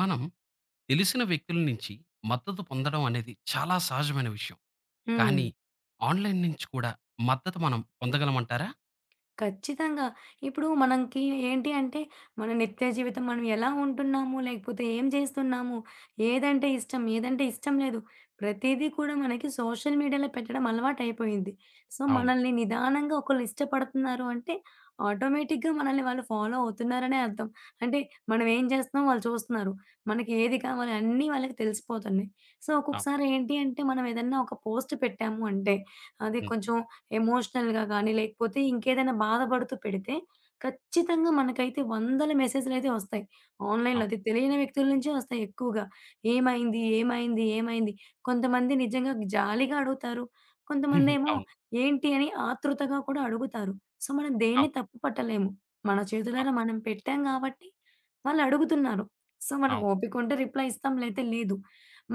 మనం తెలిసిన వ్యక్తుల నుంచి మద్దతు పొందడం అనేది చాలా సహజమైన విషయం. హ్మ్. కానీ ఆన్‌లైన్ నుంచి కూడా మద్దతు మనం పొందగలమంటారా? ఖచ్చితంగా. ఇప్పుడు మనకి ఏంటి అంటే, మన నిత్య జీవితం మనం ఎలా ఉంటున్నాము, లేకపోతే ఏం చేస్తున్నాము, ఏదంటే ఇష్టం, ఏదంటే ఇష్టం లేదు, ప్రతీదీ కూడా మనకి సోషల్ మీడియాలో పెట్టడం అలవాటయిపోయింది. సో, అవును. మనల్ని నిదానంగా ఒకళ్ళు ఇష్టపడుతున్నారు అంటే, ఆటోమేటిక్‌గా మనల్ని వాళ్ళు ఫాలో అవుతున్నారనే అర్థం. అంటే మనం ఏం చేస్తున్నామో వాళ్ళు చూస్తున్నారు. మనకి ఏది కావాలి అన్నీ వాళ్ళకి తెలిసిపోతున్నాయి. సో, అవును. ఒక్కొక్కసారి ఏంటి అంటే, మనం ఏదన్నా ఒక పోస్ట్ పెట్టాము అంటే, అది హ్మ్. కొంచెం ఎమోషనల్‌గా గానీ, లేకపోతే ఇంకేదైనా బాధపడుతూ పెడితే, ఖచ్చితంగా మనకైతే వందల మెసేజ్‌లయితే ఒస్తాయి. ఆన్‌లైన్‌లో అవును. అది తెలియని వ్యక్తుల నుంచే ఒస్తాయి ఎక్కువగా. ఏమైంది? ఏమైంది? ఏమైంది? కొంతమంది నిజంగా జాలిగా అడుగుతారు. కొంతమందేమో అవును. ఏంటి అని ఆతృతగా కూడా అడుగుతారు. సో, మనం దేన్ని అవు తప్పు పట్టలేము. మన అవు చేతులారా అవు మనం పెట్టాం గాబట్టి వాళ్ళడుగుతున్నారు. సో, మనకు అవును. ఓపికుంటే రిప్లై ఇస్తాం. లేతే లేదు.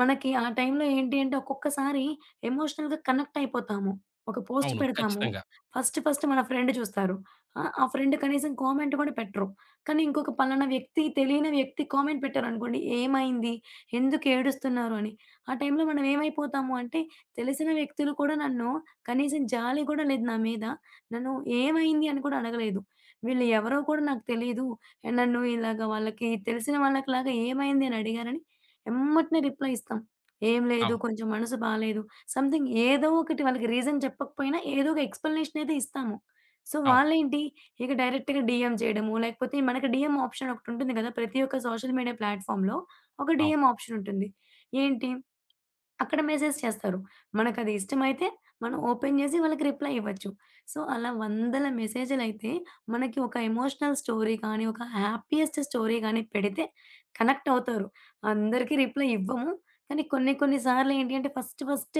మనకి ఆ టైంలో ఏంటి అంటే, ఒక్కొక్కసారి ఎమోషనల్‌గా కనెక్ట్ అయిపోతాము. ఒక పోస్ట్ అవును. పెడతాము. ఖచ్చితంగా. ఫస్ట్ ఫస్ట్ మన ఫ్రెండ్ చూస్తారు. ఆ ఫ్రెండ్ కనీసం కామెంట్ కూడా పెట్టరు. కానీ ఇంకొక పలానా వ్యక్తి తెలియని వ్యక్తి కామెంట్ పెట్టారనుకోండి, "ఏమైంది? ఎందుకు ఏడుస్తున్నారు?" అని. ఆ టైంలో మనం ఏమైపోతాము అంటే, తెలిసిన వ్యక్తులు కూడా నన్ను కనీసం జాలి కూడా లేదు నా మీద. నన్ను ఏమైంది అని కూడా అడగలేదు. వీళ్ళు ఎవరో కూడా నాకు తెలీదు. నన్ను ఇలాగ వాళ్ళకి తెలిసిన వాళ్ళకిలాగా ఏమైంది అని అడిగారని ఎమ్మటనే రిప్లై ఇస్తాం. "ఏం లేదు. అవును. కొంచెం మనసు బాలేదు. సంథింగ్ ఏదో ఒకటి వాళ్ళకి రీజన్ చెప్పకపోయినా ఏదో ఒక ఎక్స్‌ప్లనేషన్ అయితే ఇస్తాము. సో, అవును. వాళ్ళేంటి ఇక డైరెక్ట్‌గా డీఎం చేయడము, లేకపోతే మనకి డీఎం ఆప్షన్ ఒకటుంటుంది కదా! ప్రతి ఒక్క సోషల్ మీడియా ప్లాట్‌ఫామ్‌లో ఒక అవును. డీఎం ఆప్షన్ ఉంటుంది. ఏంటి అక్కడ మెసేజ్ చేస్తారు. మనకది ఇష్టమైతే మనం ఓపెన్ చేసి వాళ్ళకి రిప్లై ఇవ్వచ్చు. సో, అలా వందల మెసేజులైతే మనకి ఒక ఎమోషనల్ స్టోరీ కానీ, ఒక హ్యాపీయెస్ట్ స్టోరీ గానీ పెడితే కనెక్ట్ అవుతారు. అందరికీ రిప్లై ఇవ్వము. కానీ కొన్ని కొన్ని సార్లు ఏంటి అంటే ఫస్ట్ ఫస్ట్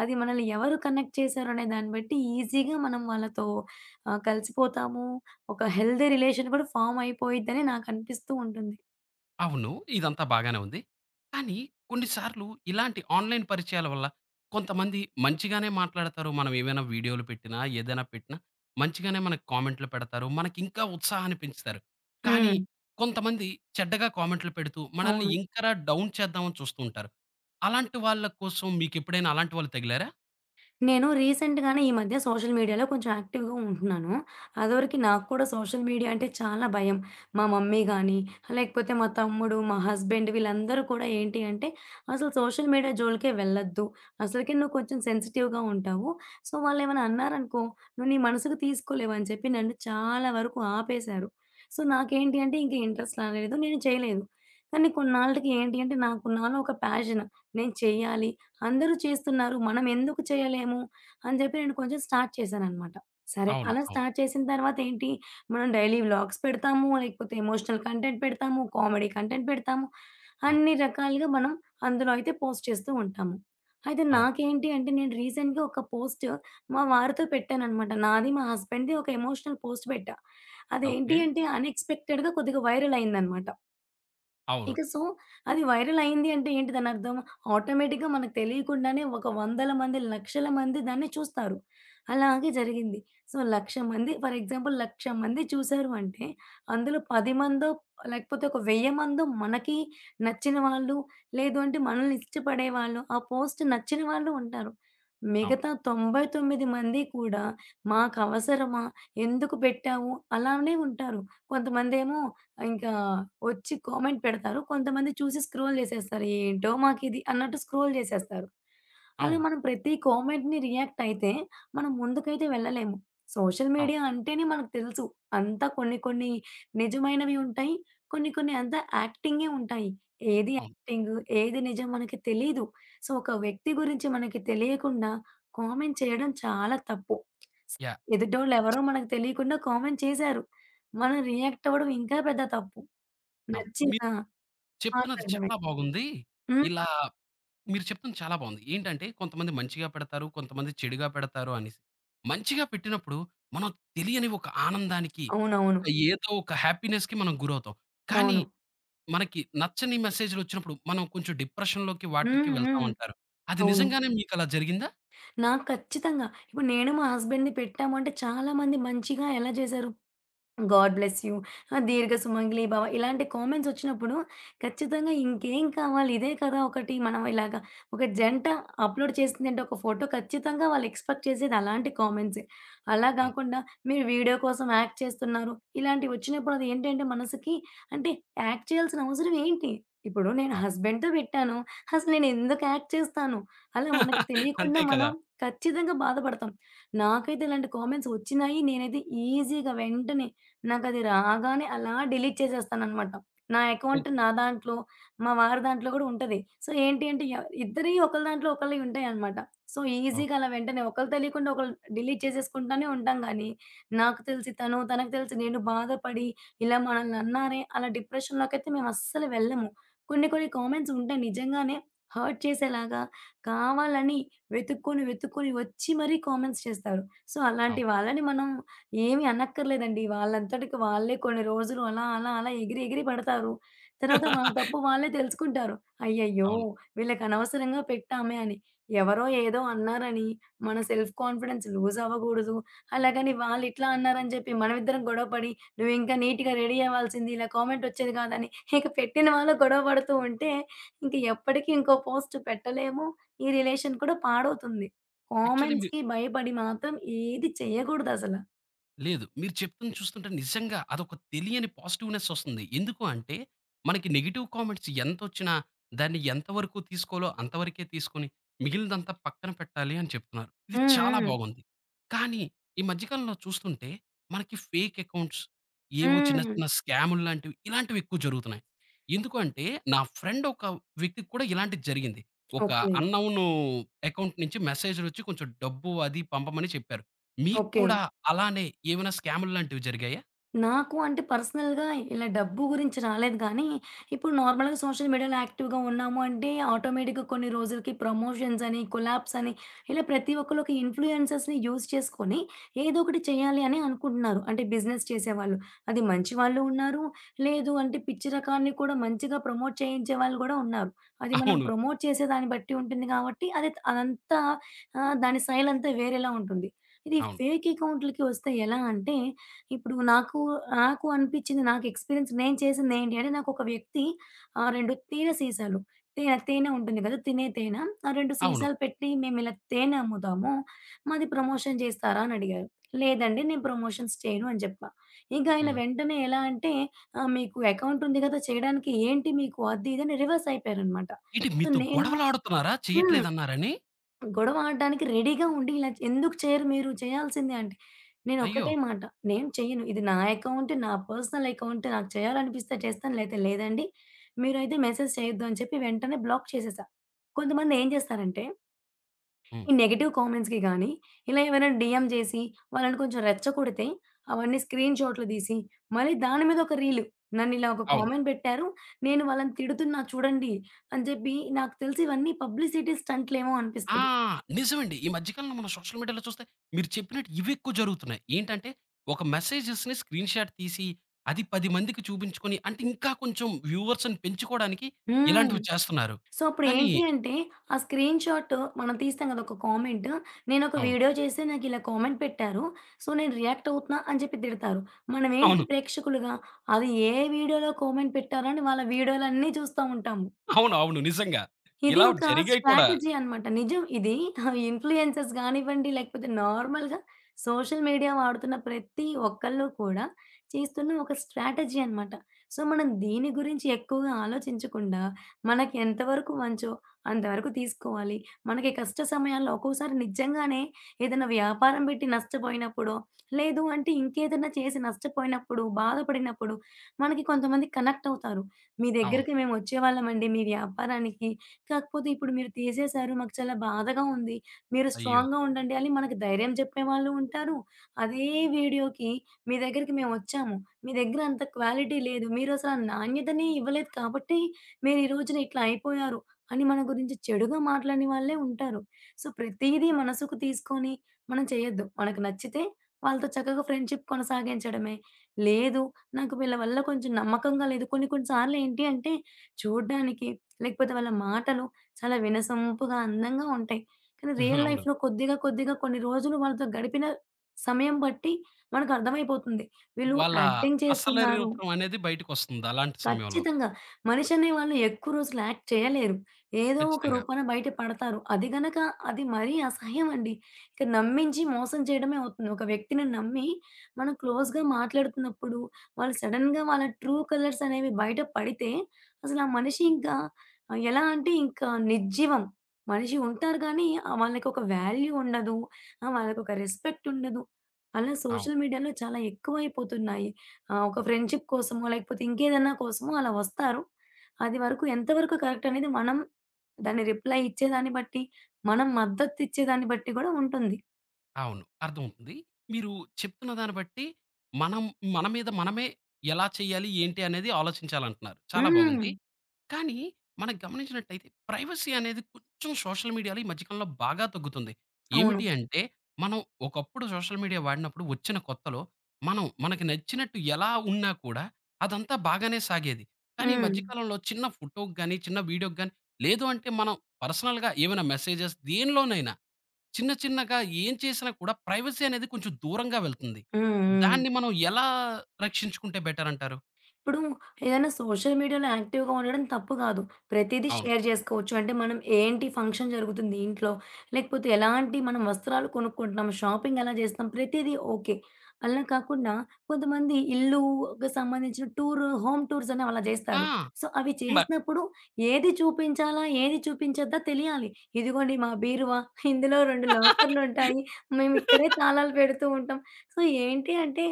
అది మనల్ని ఎవరు కనెక్ట్ చేశారనే దాన్ని బట్టి ఈజీగా మనం వాళ్ళతో కలిసిపోతాము. ఒక హెల్తీ రిలేషన్ కూడా ఫార్మ్ అయిపోయిద్దని నాకనిపిస్తూ ఉంటుంది. అవును. ఇదంతా బాగానే ఉంది. కానీ కొన్నిసార్లు ఇలాంటి ఆన్‌లైన్ పరిచయాల వల్ల కొంతమంది మంచిగానే మాట్లాడతారు. మనం ఏమైనా వీడియోలు పెట్టినా, ఏదైనా పెట్టినా మంచిగానే మనకు కామెంట్లు పెడతారు. మనకింకా ఉత్సాహాన్ని పెంచుతారు. కానీ హ్మ్. కొంతమంది చెడ్డగా కామెంట్లు పెడుతూ మనల్ని అవును. ఇంకరా డౌన్ చేద్దామని చూస్తూ ఉంటారు. అలాంటి వాళ్ళ కోసం మీకెప్పుడైనా అలాంటి వాళ్ళు తగిలారా? నేను రీసెంట్‌గానే ఈ మధ్య సోషల్ మీడియాలో కొంచెం యాక్టివ్‌గా ఉంటున్నాను. అదివరకు నాకు కూడా సోషల్ మీడియా అంటే చాలా భయం. మా మమ్మీ గానీ, లేకపోతే మా తమ్ముడు, మా హస్బెండ్ వీళ్ళందరూ కూడా ఏంటి అంటే, "అసలు సోషల్ మీడియా జోలికే వెళ్ళొద్దు. అసలకే నువ్వు కొంచెం సెన్సిటివ్‌గా ఉంటావు. సో, వాళ్ళేమైనా అన్నారనుకో, నువ్వు నీ మనసుకు తీసుకోలేవు" అని చెప్పి నన్ను చాలా వరకు ఆపేశారు. సో, నాకేంటి అంటే ఇంక ఇంట్రెస్ట్ రాలేదు. నేను చేయలేదు. కానీ కొన్నాళ్ళకి ఏంటి అంటే నాకు నాలో ఒక ప్యాషన్ నేను చెయ్యాలి. అందరూ చేస్తున్నారు. మనం ఎందుకు చేయలేము? అని చెప్పి నేను కొంచెం స్టార్ట్ చేశాననమాట. సరే, అవును. అలా అవును. స్టార్ట్ చేసిన తర్వాత ఏంటి, మనం డైలీ వ్లాగ్స్ పెడతాము, లేకపోతే ఎమోషనల్ కంటెంట్ పెడతాము, కామెడీ కంటెంట్ పెడతాము. అవును. అన్ని రకాలుగా మనం అందులో అయితే పోస్ట్ చేస్తూ ఉంటాము. అయితే అవును. నాకేంటి అంటే నేను రీసెంట్‌గా ఒక పోస్ట్ మా వారితో పెట్టాననమాట. నాది, మా హస్బెండ్‌ది ఒక ఎమోషనల్ పోస్ట్ పెట్టా. అదేంటి ఓకే. అంటే అన్‌ఎక్స్‌పెక్టెడ్‌గా కొద్దిగా వైరల్ అయిందనమాట. అవును. ఇక సో, అది వైరల్ అయింది అంటే ఏంటి దానర్థం? ఆటోమేటిక్‌గా మనకు తెలియకుండానే ఒక వందల మంది, లక్షల మంది దాన్ని చూస్తారు. అలాగే జరిగింది. సో, 1,00,000 మంది ఫర్ ఎగ్జాంపుల్ 1,00,000 మంది చూసారు అంటే, అందులో 10 మందో లేకపోతే ఒక 1,000 మందో మనకి నచ్చిన వాళ్ళు, లేదు అంటే మనల్ని ఇష్టపడేవాళ్ళు, ఆ పోస్ట్ నచ్చిన వాళ్ళు ఉంటారు. మిగతా అవును. 99 మంది కూడా, "మాకవసరమా? ఎందుకు పెట్టావు?" అలానే ఉంటారు. కొంతమందేమో ఇంకా వచ్చి కామెంట్ పెడతారు. కొంతమంది చూసి స్క్రోల్ చేసేస్తారు. ఏంటో మాకిది అన్నట్టు స్క్రోల్ చేసేస్తారు. అలా అవును. మనం ప్రతి కామెంట్‌ని రియాక్ట్ అయితే మనం ముందుకైతే వెళ్ళలేము. సోషల్ అవును. మీడియా అంటేనే మనకు తెలుసు. అంతా కొన్ని కొన్ని నిజమైనవి ఉంటాయి. కొన్ని కొన్ని అంతా యాక్టింగే ఉంటాయి. ఏది అవును. యాక్టింగ్, ఏది నిజం మనకి తెలీదు. సో, ఒక వ్యక్తి గురించి మనకి తెలియకుండా కామెంట్ చేయడం చాలా తప్పు. యాహ్! ఎదుటోళ్ళెవరో ఖచ్చి మనకు తెలియకుండా కామెంట్ చేశారు. మనం రియాక్ట్ అవ్వడం ఇంకా పెద్ద తప్పు. అవును. నచ్చినా మీరు చెప్తున్నది మాట్లాడడమే. చాలా బాగుంది. హ్మ్. ఇలా మీరు చెప్తుంది చాలా బాగుంది. ఏంటంటే కొంతమంది మంచిగా పెడతారు. కొంతమంది చెడుగా పెడతారు అనేసి. మంచిగా పెట్టినప్పుడు మనం తెలియని ఒక ఆనందానికి, అవునవును. ఒక ఏదో ఒక హ్యాపీనెస్‌కి మనం గురవుతాం. కానీ అవును. మనకి నచ్చని మెసేజ్‌లొచ్చినప్పుడు మనం కొంచెం డిప్రెషన్‌లోకి వాటిలకి హ్మ్. వెళ్తాం హ్మ్. అంటారు. అది అవును. నిజంగానే మీకలా జరిగిందా? నాకు ఖచ్చితంగా ఇప్పుడు నేను మా హస్బెండ్‌ది పెట్టాము అంటే చాలా మంది మంచిగా ఎలా చేశారు? God bless you. ఆ! దీర్ఘ సుమంగళి భవ. ఇలాంటి కామెంట్స్ ఒచ్చినప్పుడు ఖచ్చితంగా ఇంకేం కావాలి? ఇదే కదా! ఒకటి మనం ఇలాగా ఒక జంట అప్‌లోడ్ చేసిందంటే ఒక ఫోటో ఖచ్చితంగా వాళ్ళు ఎక్స్‌పెక్ట్ చేసేది అలాంటి కామెంట్సే. అలా అవును. గాకుండా మీరు వీడియో కోసం యాక్ట్ చేస్తున్నారు. ఇలాంటివొచ్చినప్పుడు అది ఏంటంటే మనసుకి అంటే యాక్ట్ చేయాల్సిన అవసరం ఏంటి? ఇప్పుడు నేను అవును. హస్బెండ్‌తో పెట్టాను. అసలు నేనెందుకు యాక్ట్ చేస్తాను? అలా మనకు తెలియకుండా అంతే మనం కదా! ఖచ్చితంగా బాధపడతాం. నాకైతే ఇలాంటి కామెంట్స్ ఒచ్చినాయి. నేనైతే ఈజీగా వెంటనే నాకది రాగానే అలా డిలీట్ చేసేస్తాననమాట. నా అకౌంట్ ఓకే. నా దాంట్లో, మా వారి దాంట్లో గూడా ఉంటది. సో, ఏంటి అంటే ఇద్దరియి ఒకళ్ళ దాంట్లో ఒకళ్ళయి ఉంటాయనమాట. సో, ఈజీగా ఓకే. అలా వెంటనే ఒకళ్ళు తెలియకుండా ఒకళ్ళు డిలీట్ చేసేసుకుంటానే ఉంటాం గానీ, నాకు తెలిసి తను, తనకు తెలిసి నేను బాధపడి, ఇలా మనల్ని అన్నారే అలా డిప్రెషన్‌లోకైతే మేమస్సలు వెళ్ళము. కొన్ని కొన్ని కామెంట్స్ ఉంటాయి నిజంగానే హర్ట్ చేసేలాగా, కావాలని వెతుక్కొని, వెతుక్కొని వచ్చి మరీ కామెంట్స్ చేస్తారు. సో, అలాంటి అవును. వాళ్ళని మనం ఏమి అనక్కర్లేదండి. వాళ్ళంతటికి వాళ్ళే కొన్ని రోజులు అలా, అలా, అలా ఎగిరి, ఎగిరి పడతారు. తర్వాత వాళ్ళ తప్పు వాళ్ళే తెలుసుకుంటారు. అయ్యయ్యో! అవును. వీళ్ళకి అనవసరంగా పెట్టామే అని. ఎవరో ఏదో అన్నారని మన సెల్ఫ్ కాన్ఫిడెన్స్ లూజ్ అవ్వగూడదు. అలాగని వాళ్ళిట్లా అన్నారని జెప్పి మనమిద్దరం గొడవ పడి, "నువ్వింకా నీట్‌గా రెడీ అవ్వాల్సింది. ఇలా కామెంట్ ఒచ్చేది కాదని" ఇక పెట్టిన వాళ్ళు గొడవ పడుతూ ఉంటే, ఇంక ఎప్పటికి ఇంకో పోస్ట్ పెట్టలేము. ఈ రిలేషన్ కూడా పాడవుతుంది. యాక్చువల్లీ మీ కామెంట్స్‌కి భయపడి మాత్రం ఏది చేయగూడదసల. లేదు. మీరు చెప్తుంది చూస్తుంటే నిజంగా అదొక తెలియని పాజిటివ్‌నెస్ ఒస్తుంది. ఎందుకు అంటే, మనకి నెగెటివ్ కామెంట్స్ ఎంతొచ్చినా, దాన్ని ఎంతవరకు తీసుకోవాలో అంతవరకే తీసుకొని, మిగిలినదంతా పక్కన పెట్టాలి అని చెప్తున్నారు. ఇది హ్మ్. చాలా హ్మ్. బాగుంది. కానీ ఈ మధ్య కాలంలో చూస్తుంటే, మనకి ఫేక్ అకౌంట్స్, ఏవో చిన్న హ్మ్. చిన్న స్కాములు లాంటివి, ఇలాంటివి ఎక్కువ జరుగుతున్నాయి. ఎందుకు అంటే, నా ఫ్రెండ్ ఒక వ్యక్తికి కూడా ఇలాంటిది జరిగింది. ఒక ఓకే. అన్‌నోన్ అకౌంట్ నుంచి మెసేజ్‌లొచ్చి కొంచెం డబ్బు అది పంపమని చెప్పారు. మీకు ఓకే. కూడా అలానే ఏమైనా స్కాములు లాంటివి జరిగాయా? నాకు అంటే పర్సనల్‌గా ఇలా డబ్బు గురించి రాలేదు గానీ, ఇప్పుడు నార్మల్‌గా సోషల్ మీడియాలో యాక్టివ్‌గా ఉన్నాము అంటే, ఆటోమేటిక్‌గా కొన్ని రోజులకి ప్రమోషన్స్ అని, కొలాబ్స్ అని ఇలా ప్రతి ఒక్కళ్ళు ఒక ఇన్‌ఫ్లుయెన్సర్స్‌ని యూజ్ చేసుకొని ఏదో ఒకటి చేయాలి అని అనుకుంటున్నారు. అంటే బిజినెస్ చేసేవాళ్ళు. అది మంచి వాళ్ళు ఉన్నారు. లేదు అంటే పిచ్చి రకాన్ని కూడా మంచిగా ప్రమోట్ చేయించే వాళ్ళు గూడా ఉన్నారు. అది మనం అవును. ప్రమోట్ చేసే దాన్ని బట్టి ఉంటుంది కాబట్టి అది అదంతా దాని స్టైల్ అంతా వేరేలా ఉంటుంది. ఇది అవును. ఫేక్ అకౌంట్‌లకి వస్తే ఎలా అంటే ఇప్పుడు నాకు అనిపించింది నాకు ఎక్స్‌పీరియన్స్ నేను చేసిందేంటి అంటే నాకొక వ్యక్తి 2 తేనె సీసాలు తేనె ఉంటుంది కదా! తినే తేనె. ఆ 2 అవును. సీసాలు పెట్టి మేమిలా తేనె అమ్ముతాము. మాది ప్రమోషన్ చేస్తారా అని అడిగారు. లేదండి నేను ప్రమోషన్స్ చేయను అని చెప్పా. ఇంక ఆయన హ్మ్. వెంటనే ఎలా అంటే మీకు అకౌంట్ ఉంది కదా! చేయడానికి ఏంటి మీకు అది ఇది అని రివర్స్ అయిపోయారనమాట. ఏంటి సో మీతో నేను గొడవలాడుతున్నారా హ్మ్. చేయట్లేదన్నారని? గొడవ ఆడడానికి రెడీగా ఉండి ఇలా ఎందుకు చేయరు మీరు చేయాల్సిందే అంటే, అయ్యో! నేనొక్కటే మాట నేను చెయ్యను. ఇది నా అకౌంట్, నా పర్సనల్ అకౌంట్. నాకు చేయాలనిపిస్తే చేస్తాను. లేతే లేదండి. మీరైతే మెసేజ్ చేయొద్దు అని చెప్పి వెంటనే బ్లాక్ చేసేసా. కొంతమంది ఏం చేస్తారంటే, హ్మ్. ఈ నెగెటివ్ కామెంట్స్‌కి గానీ, ఇలా ఎవరైనా డీఎం చేసి వాళ్ళని కొంచెం రెచ్చగొడితే అవన్నీ స్క్రీన్ షాట్లు తీసి, మళ్ళీ దాని మీద ఒక రీలు. నన్నిలా ఒక అవును. కామెంట్ పెట్టారు. నేను వాళ్ళని తిడుతున్నా చూడండి అని చెప్పి నాకు తెలిసి ఇవన్నీ పబ్లిసిటీ స్టంట్‌లేమో ఆ! అనిపిస్తది. నిజమండి. ఈ మధ్య కాలంలో మనం సోషల్ మీడియాలో చూస్తే మీరు చెప్పినట్టు ఇవెక్కువ జరుగుతున్నాయి. ఏంటంటే ఒక మెసేజెస్‌ని స్క్రీన్ షాట్ తీసి అది 10 మందికి చూపించుకొని అంటే ఇంకా కొంచెం వ్యూవర్స్‌ని పెంచుకోవడానికి హ్మ్. ఇలాంటివి చేస్తున్నారు. సో, కానీ అప్పుడేంటి అంటే, ఆ స్క్రీన్ షాట్ మనం తీస్తాం కదా! ఒక కామెంట్. నేనొక అవును. వీడియో చేసి నాకిలా కామెంట్ పెట్టారు. సో, నేను రియాక్ట్ అవుతున్నా అని చెప్పి తిడతారు. మనమేంటి అవును. ప్రేక్షకులుగా, అది ఏ వీడియోలో కామెంట్ పెట్టారో అని వాళ్ళ వీడియోలన్నీ చూస్తా ఉంటాము. అవును. అవును. నిజంగా. ఇది ఇలా ఒక జరిగాయి కూడా. స్ట్రాటజీ అన్నమాట. నిజం ఇది. ఇన్‌ఫ్లుయెన్సర్స్ గానివ్వండి, లేకపోతే నార్మల్‌గా సోషల్ మీడియా వాడుతున్న ప్రతి ఒక్కళ్ళు కూడా చేస్తున్న ఒక స్ట్రాటజీ అన్నమాట. సో, మనం దీని గురించి ఎక్కువగా ఆలోచించకుండా, మనకి ఎంతవరకు మంచో అంతవరకు తీసుకోవాలి. మనకి కష్ట సమయాల్లో ఒక్కోసారి నిజంగానే ఏదైనా వ్యాపారం పెట్టి నష్టపోయినప్పుడో, లేదు అంటే ఇంకేదైనా చేసి నష్టపోయినప్పుడు, బాధపడినప్పుడు మనకి కొంతమంది కనెక్ట్ అవుతారు. మీ అవును. దగ్గరికి మేమొచ్చేవాళ్ళమండి మీ వ్యాపారానికి కాకపోతే ఇప్పుడు మీరు తీసేశారు. మాకు చాలా బాధగా ఉంది. మీరు అయ్యో! స్ట్రాంగ్‌గా ఉండండి అని మనకి ధైర్యం చెప్పేవాళ్ళు ఉంటారు. అదే వీడియోకి మీ దగ్గరికి మేమొచ్చాము. మీ దగ్గర అంత క్వాలిటీ లేదు. మీరసల నాణ్యతనే ఇవ్వలేదు కాబట్టి మీరు ఈ రోజున ఇట్లా అయిపోయారు అని మన గురించి చెడుగా మాట్లాడిన వాళ్ళే ఉంటారు. సో, ప్రతీదీ మనసుకు తీసుకొని మనం చేయొద్దు. మనకు నచ్చితే వాళ్ళతో చక్కగా ఫ్రెండ్‌షిప్ కొనసాగించడమే. లేదు నాకు వీళ్ళ వల్ల కొంచెం నమ్మకంగా లేదు. కొన్ని కొన్ని సార్లు ఏంటి అంటే చూడ్డానికి లేకపోతే వాళ్ళ మాటలు చాలా వినసొంపుగా, అందంగా ఉంటాయి. కానీ రియల్ అవును. లైఫ్‌లో కొద్దిగా, కొద్దిగా కొన్ని రోజులు వాళ్ళతో గడిపిన సమయం బట్టి మనకు అర్థమైపోతుంది. వీళ్ళు వాళ్ళ యాక్టింగ్ అసలు చేస్తున్నారు రూపం అనేది బయటకొస్తుంది అలాంటి సమయంలో. ఖచ్చితంగా. మనిషనేవాళ్ళు ఎక్కువ రోజులు యాక్ట్ చేయలేరు. ఏదో ఒక ఖచ్చితంగా. రూపాన బయట పడతారు. అది గనక అది మరీ అసహ్యం అండి. ఇక నమ్మించి మోసం చేయడమే అవుతుంది. ఒక వ్యక్తిని నమ్మి మనం క్లోజ్‌గా మాట్లాడుతున్నప్పుడు, వాళ్ళు సడెన్‌గా వాళ్ళ ట్రూ కలర్స్ అనేవి బయట పడితే, అసలు ఆ మనిషి ఇంకా ఎలా అంటే ఇంకా నిర్జీవం. మనిషి ఉంటారు గానీ, వాళ్ళకొక వాల్యూ ఉండదు. వాళ్ళకొక రెస్పెక్ట్ ఉండదు. అలా అవును. సోషల్ మీడియాలో చాలా ఎక్కువైపోతున్నాయి. ఆ! ఒక అవును. ఫ్రెండ్‌షిప్ కోసమో, లేకపోతే ఇంకేదన్నా కోసమో అలా వస్తారు. అది వరకు ఎంతవరకు కరెక్ట్ అనేది మనం దాన్ని రిప్లై ఇచ్చేదాన్ని బట్టి, మనం మద్దతు ఇచ్చేదాన్ని బట్టి గూడా ఉంటుంది. అవును. అర్థమవుతుంది. మీరు చెప్తున్న దాన్ని బట్టి, మనం మన మీద మనమే ఎలా చేయాలి, ఏంటి అనేది ఆలోచించాలంటున్నారు. చాలా హ్మ్. బాగుంది. కానీ మనం గమనించినట్టయితే ప్రైవసీ అనేది కొంచెం సోషల్ మీడియాలో ఈ మధ్య కాలంలో బాగా తగ్గుతుంది. అవును. ఏమిటి అంటే మనం ఒకప్పుడు సోషల్ మీడియా వాడినప్పుడు వచ్చిన కొత్తలో మనం మనకి నచ్చినట్టు ఎలా ఉన్నా కూడా అదంతా బాగానే సాగేది. కానీ ఈ హ్మ్. మధ్య కాలంలో చిన్న ఫోటోకి గాని, చిన్న వీడియోకి గాని లేదు అంటే మనం పర్సనల్‌గా ఏమైనా మెసేజెస్ దేనిలోనైనా చిన్న చిన్నగా ఏం చేసినా కూడా ప్రైవసీ అనేది కొంచెం దూరంగా వెళ్తుంది. హ్మ్. హ్మ్. దాన్ని మనం ఎలా రక్షించుకుంటే బెటర్ అంటారు? ఇప్పుడు ఏదైనా సోషల్ మీడియాలో యాక్టివ్‌గా ఉండడం తప్పు కాదు. ప్రతీదీ అవును. షేర్ జేసుకోవచ్చు. అంటే మనం ఏంటి ఫంక్షన్ జరుగుతుంది ఇంట్లో, లేకపోతే ఎలాంటి మనం వస్త్రాలు కొనుక్కుంటున్నాం, షాపింగ్ ఎలా చేస్తున్నాం ప్రతీదీ ఓకే. అలా కాకుండా కొంతమంది ఇల్లుకి సంబంధించిన టూర్, హోమ్ టూర్స్ అనేవి అలా ఆ! జేస్తారు. సో, అవి బట్ చేసినప్పుడు ఏది చూపించాలా? ఏది చూపించొద్దా తెలియాలి. ఇదిగోండి మా బీరువా, ఇందులో 2 లాకర్‌లుంటాయి. మేమిక్కడే తాళాలు పెడుతూ ఉంటాం. సో ఏంటి అంటే,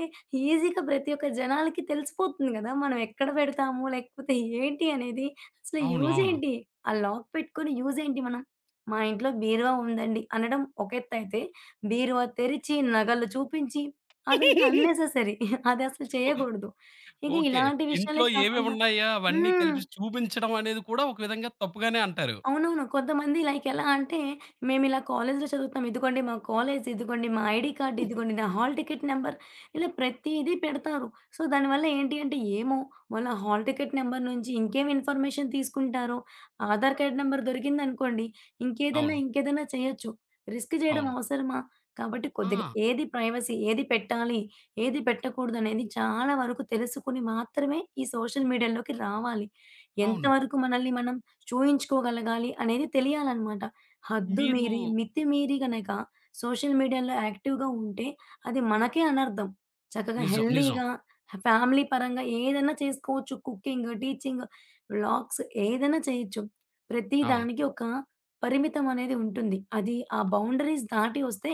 ఈజీగా ప్రతి ఒక్క జనాలకి తెలిసిపోతుంది గదా! మనం ఎక్కడ పెడతాము, లేకపోతే ఏంటి అనేది. అసలు అవును. యూజ్ అవును. ఏంటి? ఆ లాక్ పెట్టుకొని యూజ్ ఏంటి మనం? మా ఇంట్లో బీరువా ఉందండి అనడం ఒక ఎత్తయితే, బీరువా తెరిచి, నగలు చూపించి అదంతా అన్నెసెసరీ. అది అసలు ఓ చేయకూడదు. ఇంక ఓకే. ఇలాంటి విషయాలే ఇంట్లో కాకుండా ఏవేవున్నాయా అవన్నీ హ్మ్. కలిపి చూపించడం అనేది కూడా ఒక విధంగా తప్పుగానే అంటారు. అవునవును. కొంతమంది లైక్ ఎలా అంటే, మేమిలా కాలేజ్‌లో చదువుతాం. ఇదిగోండి మా కాలేజ్, ఇదిగోండి మా ఐడీ కార్డ్, ఇదిగోండి నా హాల్ టికెట్ నంబర్ ఇలా ప్రతీదీ పెడతారు. సో, దానివల్ల ఏంటి అంటే ఏమో వాళ్ళ హాల్ టికెట్ నంబర్ నుంచి ఇంకేం ఇన్ఫర్మేషన్ తీసుకుంటారో, ఆధార్ కార్డ్ నంబర్ దొరికిందనుకోండి ఇంకేదన్నా, అవును. ఇంకేదన్నా చేయొచ్చు. రిస్క్ చేయడం అవును. అవసరమా? కాబట్టి కొద్దిగా ఆ! ఏది ప్రైవసీ, ఏది పెట్టాలి, ఏది పెట్టకూడదనేది చాలా వరకు తెలుసుకొని మాత్రమే ఈ సోషల్ మీడియాలోకి రావాలి. అవును. ఎంతవరకు మనల్ని మనం చూయించుకోగలగాలి అనేది తెలియాలనమాట. హద్దు మీరు మీరి, మితి మీరి గనక సోషల్ మీడియాలో యాక్టివ్‌గా ఉంటే అది మనకే అనర్థం. చక్కగా నిజం. నిజం. హెల్తీగా ఫ్యామిలీ పరంగా ఏదైనా చేసుకోవచ్చు. కుకింగ్, టీచింగ్, వ్లాగ్స్ ఏదైనా చేయొచ్చు. ప్రతి అవును. దానికి ఒక పరిమితం అనేది ఉంటుంది. అది ఆ బౌండరీస్ దాటి వస్తే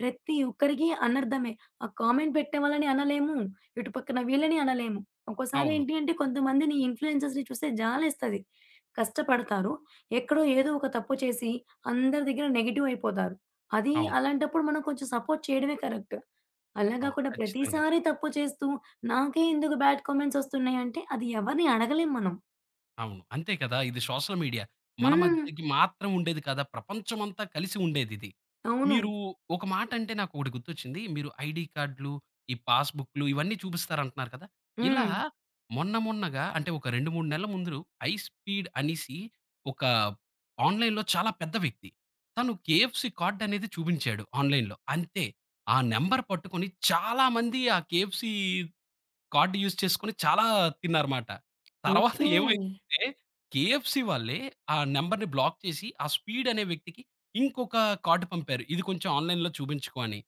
ప్రతి ఒక్కరికి అనర్థమే. ఆ కామెంట్ పెట్టే వాళ్ళని అనలేము. ఇటు పక్కన వీళ్ళని అనలేము. ఒక్కోసారి అవును. ఏంటి అంటే కొంతమందిని ఇన్‌ఫ్లుయెన్సర్స్‌ని చూస్తే జాలేస్తది. కష్టపడతారు. ఎక్కడో ఏదో ఒక తప్పు చేసి అందరి దగ్గర నెగెటివ్ అయిపోతారు. అది అవును. అలాంటప్పుడు మనం కొంచెం సపోర్ట్ చేయడమే కరెక్ట్. అలా అవును. కాకుండా ఖచ్చితంగా. ప్రతిసారి తప్పు చేస్తూ నాకే ఎందుకు బ్యాడ్ కామెంట్స్ ఒస్తున్నాయి అంటే అది ఎవరిని అడగలేం మనం. అవును. అంతే కదా! ఇది సోషల్ మీడియా. మన హ్మ్. మధ్యకి మాత్రం ఉండేది కాదా! ప్రపంచమంతా కలిసి ఉండేదిది. అవును. మీరు ఒక మాటంటే నాకొకటి గుర్తొచ్చింది. మీరు ఐడీ కార్డ్‌లు, ఈ పాస్‌బుక్‌లు ఇవన్నీ చూపిస్తారంటున్నారు కదా! ఇలా హ్మ్. మొన్నగా అంటే ఒక 2, 3 నెలల ముందు ఐ స్పీడ్ అనేసి ఒక ఆన్‌లైన్‌లో చాలా పెద్ద వ్యక్తి. తను కేఎఫ్‌సీ కార్డ్ అనేది చూపించాడు ఆన్‌లైన్‌లో. అంతే. ఆ నంబర్ పట్టుకొని చాలా మంది ఆ కేఎఫ్‌సీ కార్డ్ యూజ్ చేసుకొని చాలా తిన్నారుమాట. తర్వాత ఓకే. ఏమైందంటే, కేఎఫ్‌సీ వాళ్ళే ఆ నంబర్‌ని బ్లాక్ చేసి, ఆ స్పీడ్ అనే వ్యక్తికి ఇంకొక కార్డ్ పంపారు. ఇది కొంచెం ఆన్‌లైన్‌లో చూపించుకో అని.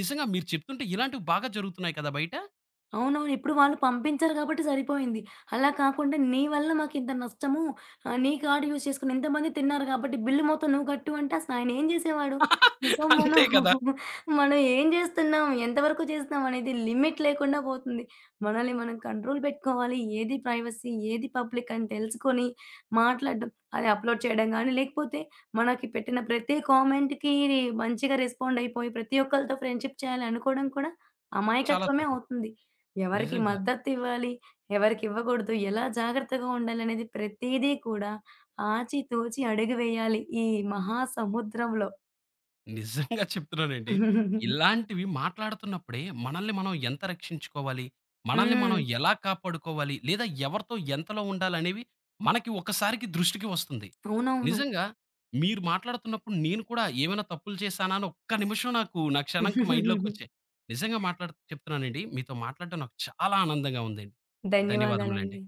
నిజంగా మీరు చెప్తుంటే ఇలాంటివి బాగా జరుగుతున్నాయి కదా బయట. అవునవును. ఇప్పుడు వాళ్ళు పంపించారు కాబట్టి సరిపోయింది. అలా కాకుండా నీ వల్ల మాకింత నష్టము, నీ కార్డ్ యూజ్ చేసుకొని ఇంతమంది తిన్నారు కాబట్టి బిల్లు మొత్తం నువ్వు కట్టు అంటే అసలు ఆయనేం జేసేవాడు? సో, మనం అంతే కదా! మనం ఏం జేస్తున్నాం, ఎంతవరకు చేస్తున్నాం అనేది లిమిట్ లేకుండా పోతుంది. మనల్ని మనం కంట్రోల్ పెట్టుకోవాలి. ఏది ప్రైవసీ, ఏది పబ్లిక్ అని తెలుసుకొని మాట్లాడడం. అది అప్‌లోడ్ చేయడం గానీ, లేకపోతే మనకి పెట్టిన ప్రతి కామెంట్‌కి మంచిగా రెస్పాండ్ అయిపోయి ప్రతి ఒక్కళ్ళతో ఫ్రెండ్‌షిప్ చేయాలి అనుకోవడం కూడా చాలా అమాయకత్వమే తప్పు. అవుతుంది. ఎవరికి నిజంగా. మద్దతివ్వాలి, ఎవరికివ్వకూడదు, ఎలా జాగ్రత్తగా ఉండాలనేది ప్రతీదీ కూడా ఆచితూచి అడుగు వేయాలి ఈ మహాసముద్రంలో. నిజంగా చెప్తున్నానండి. ఇలాంటివి మాట్లాడుతున్నప్పుడే మనల్ని మనం ఎంత రక్షించుకోవాలి? మనల్ని హ్మ్. మనం ఎలా కాపాడుకోవాలి? లేదా ఎవరితో ఎంతలో ఉండాలనేవి మనకి ఒక్కసారికి దృష్టికి వస్తుంది. అవునవును. నిజంగా మీరు మాట్లాడుతున్నప్పుడు నేను కూడా ఏమైనా తప్పులు చేశానా అని ఒక్క నిమిషం నాకు నా క్షణంకి మైండ్‌లోకొచ్చాయి. నిజంగా మాట్లాడు చెప్తున్నానండి. మీతో మాట్లాడడం నాకు చాలా ఆనందంగా ఉందండి. ధన్యవాదములండి. ధన్యవాదాలండి.